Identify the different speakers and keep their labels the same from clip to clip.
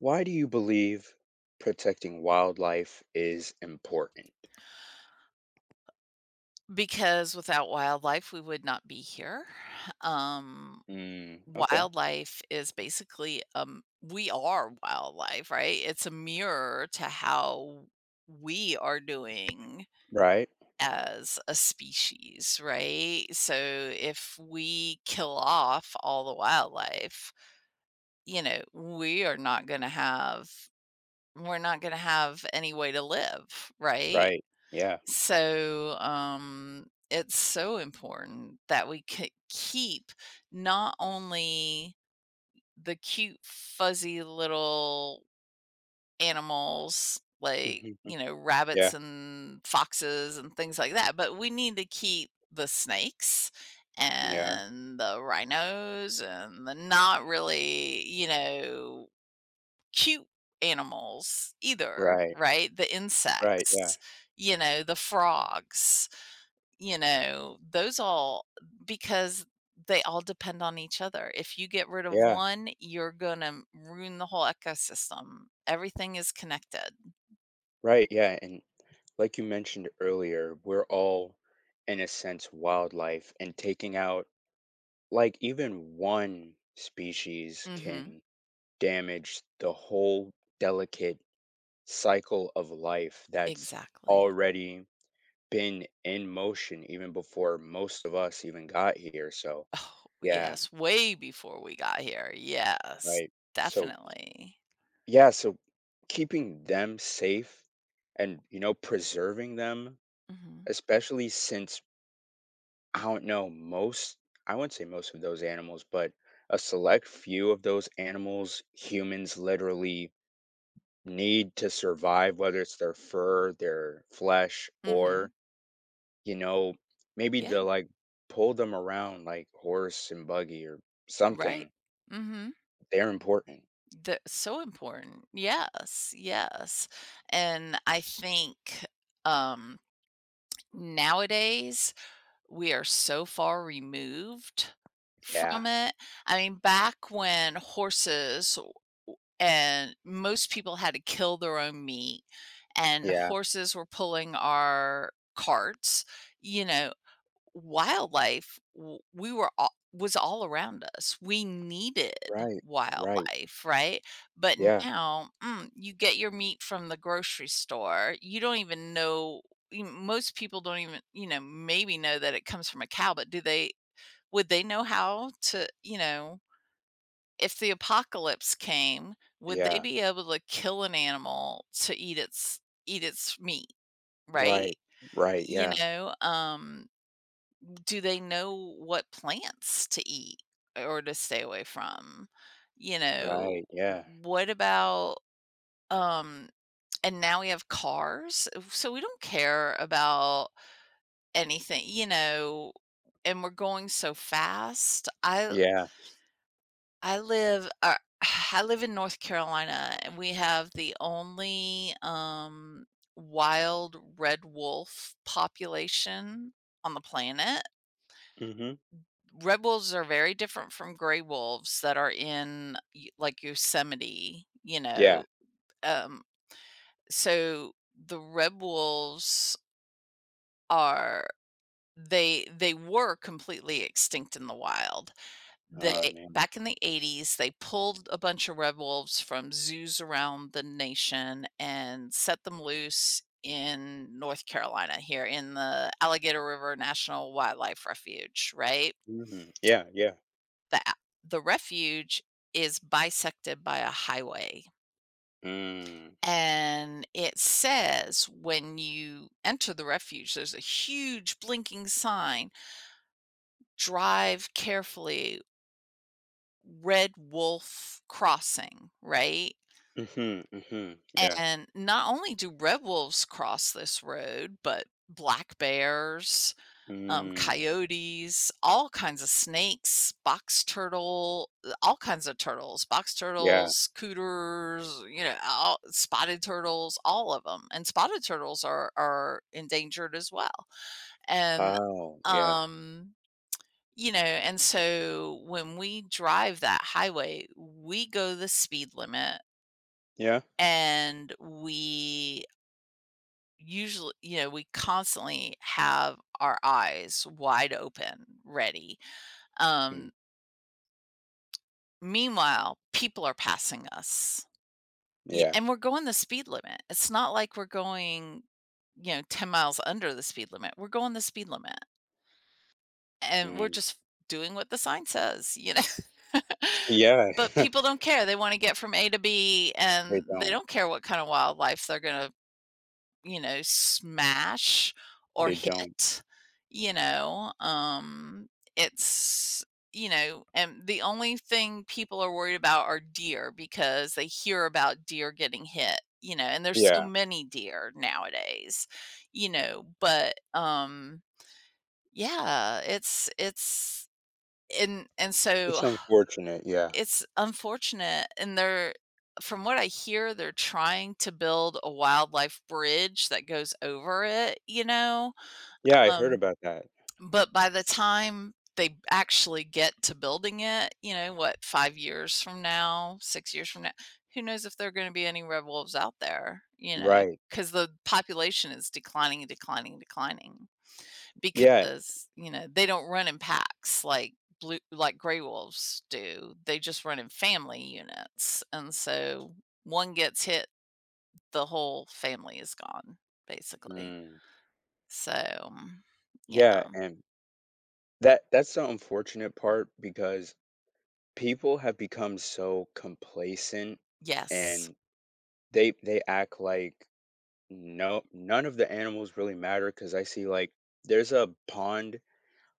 Speaker 1: Why do you believe protecting wildlife is important?
Speaker 2: Because without wildlife, we would not be here. Um,
Speaker 1: Mm, okay.
Speaker 2: wildlife is basically we are wildlife, right? It's a mirror to how we are doing
Speaker 1: Right.
Speaker 2: as a species, right? So if we kill off all the wildlife, you know, we are not going to have we're not going to have any way to live, right?
Speaker 1: Right. Yeah.
Speaker 2: So, it's so important that we c keep not only the cute, fuzzy little animals like, rabbits
Speaker 1: Yeah.
Speaker 2: and foxes and things like that, but we need to keep the snakes
Speaker 1: Yeah.
Speaker 2: and the rhinos and the not really, you know, cute animals either,
Speaker 1: Right.
Speaker 2: right? The
Speaker 1: Right. Yeah.
Speaker 2: insects, you know, the frogs you know, those all because they all depend on each other. If you get rid of
Speaker 1: Yeah.
Speaker 2: one, you're gonna ruin the whole ecosystem. Everything is connected.
Speaker 1: Right. Yeah. And like you mentioned earlier, we're all, in a sense, wildlife, and taking out, like, even one species
Speaker 2: Mhm.
Speaker 1: can damage the whole delicate cycle of life that's
Speaker 2: Exactly.
Speaker 1: already been in motion even before most of us even got here. So,
Speaker 2: Oh,
Speaker 1: yeah,
Speaker 2: yes, way before we got here. Yes,
Speaker 1: right. So,
Speaker 2: definitely.
Speaker 1: yeah, so keeping them safe and, preserving them,
Speaker 2: Mhm.
Speaker 1: especially since I don't know, most, I wouldn't say most of those animals, but a select few of those animals humans literally need to survive, whether it's their fur, their flesh,
Speaker 2: Mhm.
Speaker 1: or you know, maybe
Speaker 2: Yeah,
Speaker 1: to like pull them around like horse and buggy or
Speaker 2: right.
Speaker 1: something.
Speaker 2: Mhm.
Speaker 1: They're important.
Speaker 2: The so important. Yes, yes. And I think um nowadays we are so far removed
Speaker 1: Yeah.
Speaker 2: from it. I mean, back when and most people had to kill their own meat, and
Speaker 1: Yeah.
Speaker 2: horses were pulling our carts, you know, wildlife we were all was all around us. We needed
Speaker 1: Right. Right.
Speaker 2: wildlife, right? But
Speaker 1: Yeah.
Speaker 2: now, you get your meat from the grocery store. You don't even know most people don't even, you know, maybe know that it comes from a cow, but do they would they know how to, you know, if the apocalypse came, would they
Speaker 1: Yeah.
Speaker 2: be able to kill an animal to eat its meat, right?
Speaker 1: Right. Right.
Speaker 2: You
Speaker 1: Yeah.
Speaker 2: know, do they know what plants to eat or to stay away from? You know,
Speaker 1: Right.
Speaker 2: w-
Speaker 1: Yeah.
Speaker 2: what about um and now we have cars, so we don't care about anything, you know, and we're going so fast.
Speaker 1: Yeah.
Speaker 2: I live I live in North Carolina and we have the only wild red wolf population on the planet.
Speaker 1: Hmm.
Speaker 2: Red wolves are very different from gray wolves that are in like Yosemite, you
Speaker 1: Yeah.
Speaker 2: know. Um, so the red wolves are they were completely extinct in the wild.
Speaker 1: Oh
Speaker 2: They
Speaker 1: man.
Speaker 2: Back in the 80s they pulled a bunch of red wolves from zoos around the nation and set them loose in North Carolina here in the Alligator River National Wildlife Refuge, right?
Speaker 1: Hmm. Yeah. Yeah.
Speaker 2: the the refuge is bisected by a highway.
Speaker 1: Mm.
Speaker 2: And it says when you enter the refuge, there's a huge blinking sign drive carefully, red wolf crossing, right?
Speaker 1: Mm-hmm. Hmm. Yeah.
Speaker 2: And not only do red wolves cross this road, but black bears
Speaker 1: Mm.
Speaker 2: coyotes, all kinds of snakes, box turtle, all kinds of turtles, box
Speaker 1: Yeah.
Speaker 2: turtles, cooters, you know, spotted turtles, all of them. And spotted turtles are endangered as well. And
Speaker 1: Wow. Yeah.
Speaker 2: um, you know, and so when we drive that highway, we go the speed limit
Speaker 1: Yeah.
Speaker 2: and we usually you know we constantly have our eyes wide open ready.
Speaker 1: Mm.
Speaker 2: Um, meanwhile, people are passing us. Y
Speaker 1: Yeah.
Speaker 2: And we're going the speed limit. It's not like we're going, you know, 10 miles under the speed limit. We're going the speed limit, and we're
Speaker 1: Mm.
Speaker 2: just doing what the sign says, you know?
Speaker 1: Yeah.
Speaker 2: But people don't care. They wanna get from A to B,
Speaker 1: They
Speaker 2: and they
Speaker 1: don't.
Speaker 2: don't care what kind of wildlife they're gonna you know, smash or
Speaker 1: They don't.
Speaker 2: hit, you know, it's you know, and the only thing people are worried about are deer because they hear about deer getting hit, you know, and there's so
Speaker 1: Yeah.
Speaker 2: many deer nowadays, you know, but, yeah, it's and so
Speaker 1: It's unfortunate. Yeah.
Speaker 2: it's unfortunate, and they're from what I hear, they're trying to build a wildlife bridge that goes over it, you know?
Speaker 1: Yeah, I heard
Speaker 2: Um,
Speaker 1: about that.
Speaker 2: but by the time they actually get to building it, you know, what, 5 years from now, 6 years from now, who knows if there are gonna be any red wolves out there, you know,
Speaker 1: Right.
Speaker 2: because the population is declining declining.
Speaker 1: Yeah.
Speaker 2: Because, you know, they don't run in packs like blue like gray wolves do. They just run in family units, and so one gets hit, the whole family is gone, basically.
Speaker 1: Mm.
Speaker 2: So, yeah.
Speaker 1: Yeah, and that's the unfortunate part because people have become so complacent
Speaker 2: Yes.
Speaker 1: and they act like no none of the animals really matter. Because I see like there's a pond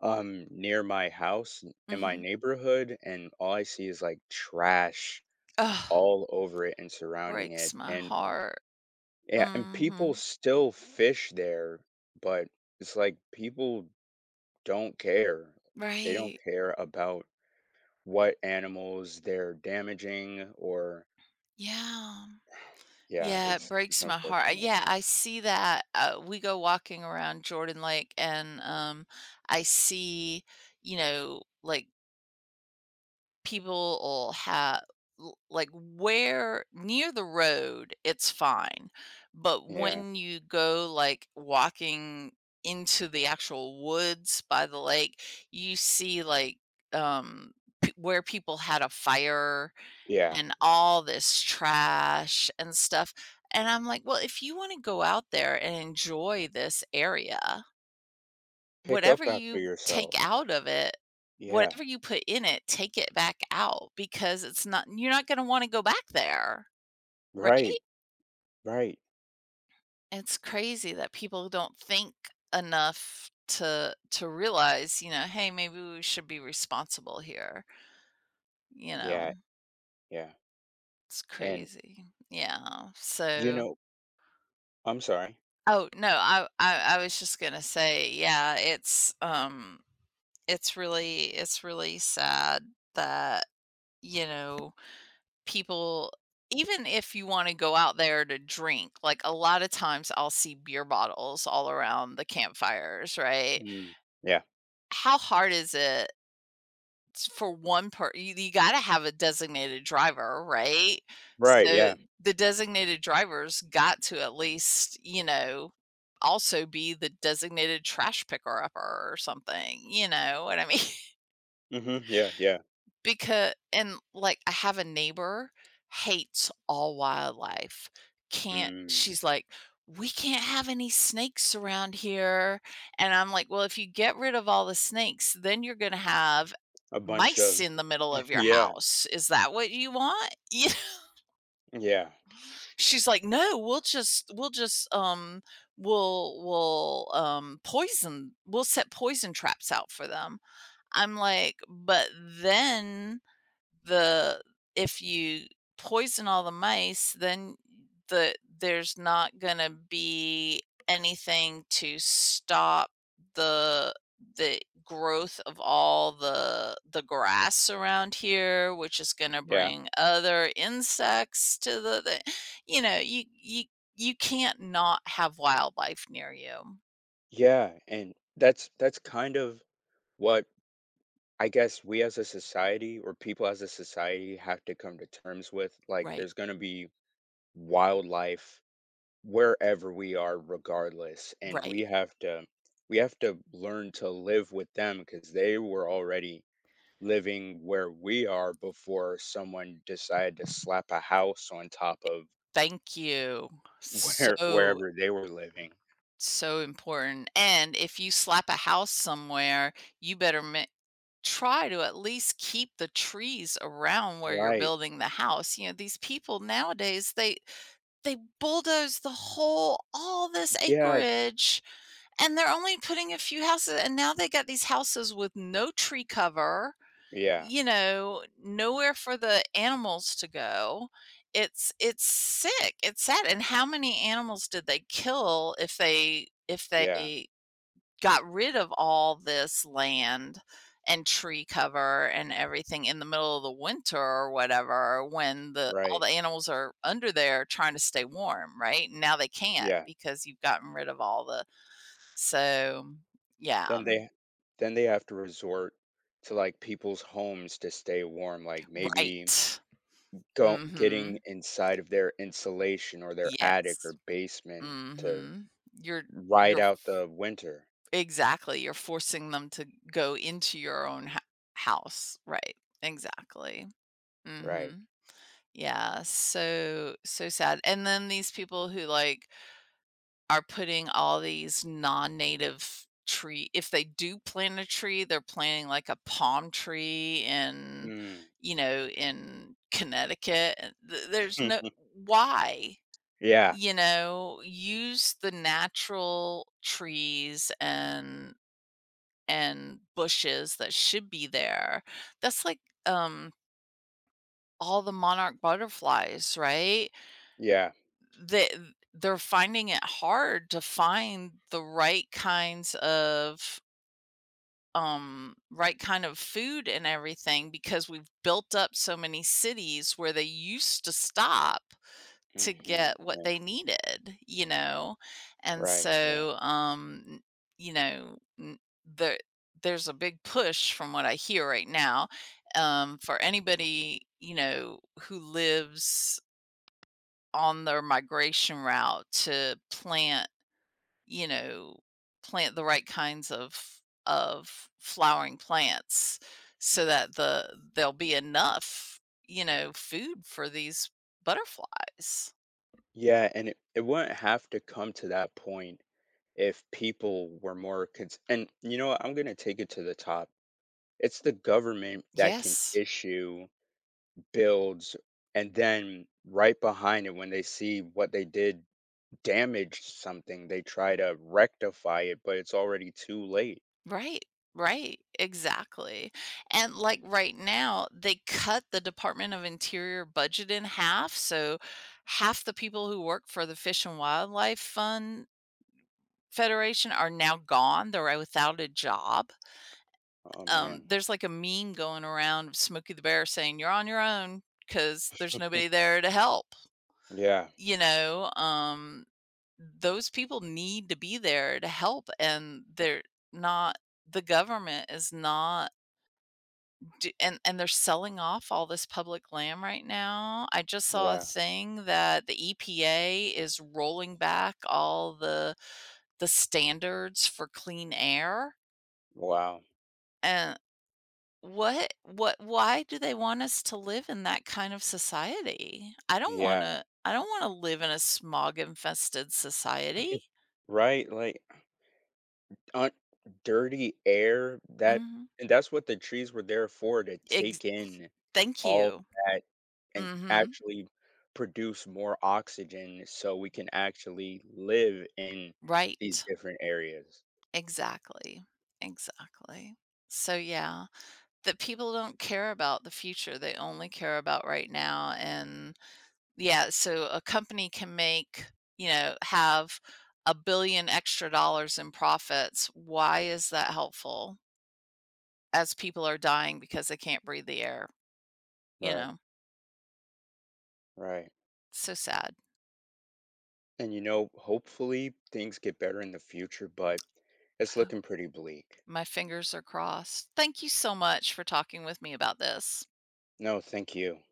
Speaker 1: near my house in my
Speaker 2: Mhm.
Speaker 1: neighborhood and all I see is like trash
Speaker 2: Ugh,
Speaker 1: all over it and surrounding
Speaker 2: breaks
Speaker 1: it
Speaker 2: my
Speaker 1: and
Speaker 2: heart.
Speaker 1: yeah, and people
Speaker 2: Mhm.
Speaker 1: still fish there, but it's like people don't care. They don't
Speaker 2: Right.
Speaker 1: care about what animals they're damaging or
Speaker 2: Yeah.
Speaker 1: yeah,
Speaker 2: Yeah, it
Speaker 1: it's
Speaker 2: breaks my heart.
Speaker 1: unfortunate.
Speaker 2: Yeah, I see that. We go walking around Jordan Lake and I see, you know, like people will have like where near the road it's fine but
Speaker 1: Yeah.
Speaker 2: when you go like walking into the actual woods by the lake you see like um where people had a fire
Speaker 1: Yeah.
Speaker 2: and all this trash and stuff and I'm like well if you want to go out there and enjoy this area
Speaker 1: Pick
Speaker 2: whatever
Speaker 1: up after
Speaker 2: you take
Speaker 1: yourself.
Speaker 2: out of it,
Speaker 1: Yeah.
Speaker 2: whatever you put in it, take it back out because it's not you're not gonna wanna go back there, right?
Speaker 1: Right. Right.
Speaker 2: It's crazy that people don't think enough to realize, you know, "Hey, maybe we should be responsible here." You know?
Speaker 1: Yeah. Yeah.
Speaker 2: It's
Speaker 1: And
Speaker 2: crazy. Yeah,
Speaker 1: you
Speaker 2: so
Speaker 1: know, I'm sorry.
Speaker 2: Oh, no, I was just gonna say, yeah, it's, it's really sad that, you know people even if you wanna go out there to drink, like, a lot of times I'll see beer bottles all around the campfires, right?
Speaker 1: Mm, yeah.
Speaker 2: How hard is it for one per you gotta have a designated driver, right?
Speaker 1: Right.
Speaker 2: So,
Speaker 1: Yeah.
Speaker 2: the designated driver's got to at least, you know, also be the designated trash picker-upper or something, you know what I mean?
Speaker 1: Hmm. Yeah. Yeah.
Speaker 2: Because and, like, I have a neighbor, hates all wildlife. Can't
Speaker 1: Mm,
Speaker 2: She's like, "We can't have any snakes around here," and I'm like, "Well, if you get rid of all the snakes, then you're gonna have
Speaker 1: a bunch
Speaker 2: mice
Speaker 1: of
Speaker 2: in the middle of your
Speaker 1: yeah.
Speaker 2: house. Is that what you want?" You know?
Speaker 1: Yeah.
Speaker 2: She's like, "No, we'll just, poison we'll set poison traps out for them." I'm like, "But then the if you poison all the mice, then there's not gonna be anything to stop the the growth of all the grass around here, which is gonna
Speaker 1: Yeah.
Speaker 2: bring other insects to the you know, you you can't not have wildlife near you.
Speaker 1: Yeah, and that's kind of what I guess we as a society or people as a society have to come to terms with. Like
Speaker 2: Right,
Speaker 1: there's going to be wildlife wherever we are regardless, and we
Speaker 2: right.
Speaker 1: have to we have to learn to live with them because they were already living where we are before someone decided to slap a house on top of
Speaker 2: Thank you
Speaker 1: where
Speaker 2: so
Speaker 1: wherever they were living.
Speaker 2: So important, and if you slap a house somewhere, you better ma try to at least keep the trees around where you're
Speaker 1: Right.
Speaker 2: building the house, you know, these people nowadays, they bulldoze the whole all this
Speaker 1: Yeah.
Speaker 2: acreage, and they're only putting a few houses and now they got these houses with no tree cover,
Speaker 1: Yeah.
Speaker 2: you know, nowhere for the animals to go. It's sick, it's sad, and how many animals did they kill if
Speaker 1: Yeah.
Speaker 2: they got rid of all this land and tree cover and everything in the middle of the winter or whatever when the all
Speaker 1: Right.
Speaker 2: the animals are under there trying to stay warm, right? Now they can't
Speaker 1: Yeah.
Speaker 2: because you've gotten rid of all the so, yeah,
Speaker 1: Then they then they have to resort to, like, people's homes to stay warm, like, maybe
Speaker 2: right.
Speaker 1: go getting
Speaker 2: Mhm.
Speaker 1: inside of their insulation or their attic or
Speaker 2: Yes.
Speaker 1: basement to
Speaker 2: Mhm.
Speaker 1: ride
Speaker 2: You're
Speaker 1: out the winter,
Speaker 2: exactly, you're forcing them to go into your own hou house, right, exactly.
Speaker 1: right.
Speaker 2: Mhm. Yeah, so so sad. And then these people who like are putting all these non-native tree if they do plant a tree, they're planting like a palm tree in,
Speaker 1: Mm.
Speaker 2: you know, in Connecticut. There's no why,
Speaker 1: Yeah,
Speaker 2: you know, use the natural trees and bushes that should be there. That's like um all the monarch butterflies, right?
Speaker 1: yeah,
Speaker 2: They they're finding it hard to find the right kinds of, right kind of food and everything because we've built up so many cities where they used to stop to
Speaker 1: mhm,
Speaker 2: get what
Speaker 1: yeah,
Speaker 2: they needed, you know? And
Speaker 1: right, yeah.
Speaker 2: so, you know, n there there's a big push from what I hear right now, for anybody, you know, who lives on their migration route to plant, you know, plant the right kinds of flowering plants so that there'll be enough, you know, food for these butterflies.
Speaker 1: Yeah, and it wouldn't have to come to that point if people were more cons and you know what, I'm gonna take it to the top. It's the government that can
Speaker 2: Yes.
Speaker 1: issue builds, and then right behind it, when they see what they did damaged something, they try to rectify it, but it's already too late.
Speaker 2: Right. Right. Exactly. And like right now, they cut the Department of Interior budget in half. So half the people who work for the Fish and Wildlife Fund Federation are now gone, they're without a job.
Speaker 1: Oh man.
Speaker 2: There's like a meme going around of Smokey the Bear saying, "You're on your own because there's nobody there to help."
Speaker 1: Yeah.
Speaker 2: You know, those people need to be there to help, and they're not the government is not d and they're selling off all this public land right now. I just saw a
Speaker 1: Yeah.
Speaker 2: thing that the EPA is rolling back all the standards for clean air.
Speaker 1: Wow.
Speaker 2: And what why do they want us to live in that kind of society?
Speaker 1: Yeah.
Speaker 2: I don't wanna live in a smog infested society.
Speaker 1: Right. Like un- dirty air. That
Speaker 2: Mhm.
Speaker 1: and that's what the trees were there for to
Speaker 2: Ex
Speaker 1: take in
Speaker 2: thank
Speaker 1: all
Speaker 2: you.
Speaker 1: that and
Speaker 2: Mhm.
Speaker 1: actually produce more oxygen so we can actually live in these
Speaker 2: Right.
Speaker 1: different areas.
Speaker 2: Exactly. Exactly. So, yeah, that people don't care about the future, they only care about right now, and yeah, so a company can make have a billion extra dollars in profits. Why is that helpful? As people are dying because they can't breathe the air, you
Speaker 1: Right.
Speaker 2: know?
Speaker 1: Right.
Speaker 2: So sad.
Speaker 1: And hopefully things get better in the future, but it's looking pretty bleak.
Speaker 2: My fingers are crossed. Thank you so much for talking with me about this.
Speaker 1: No, thank you.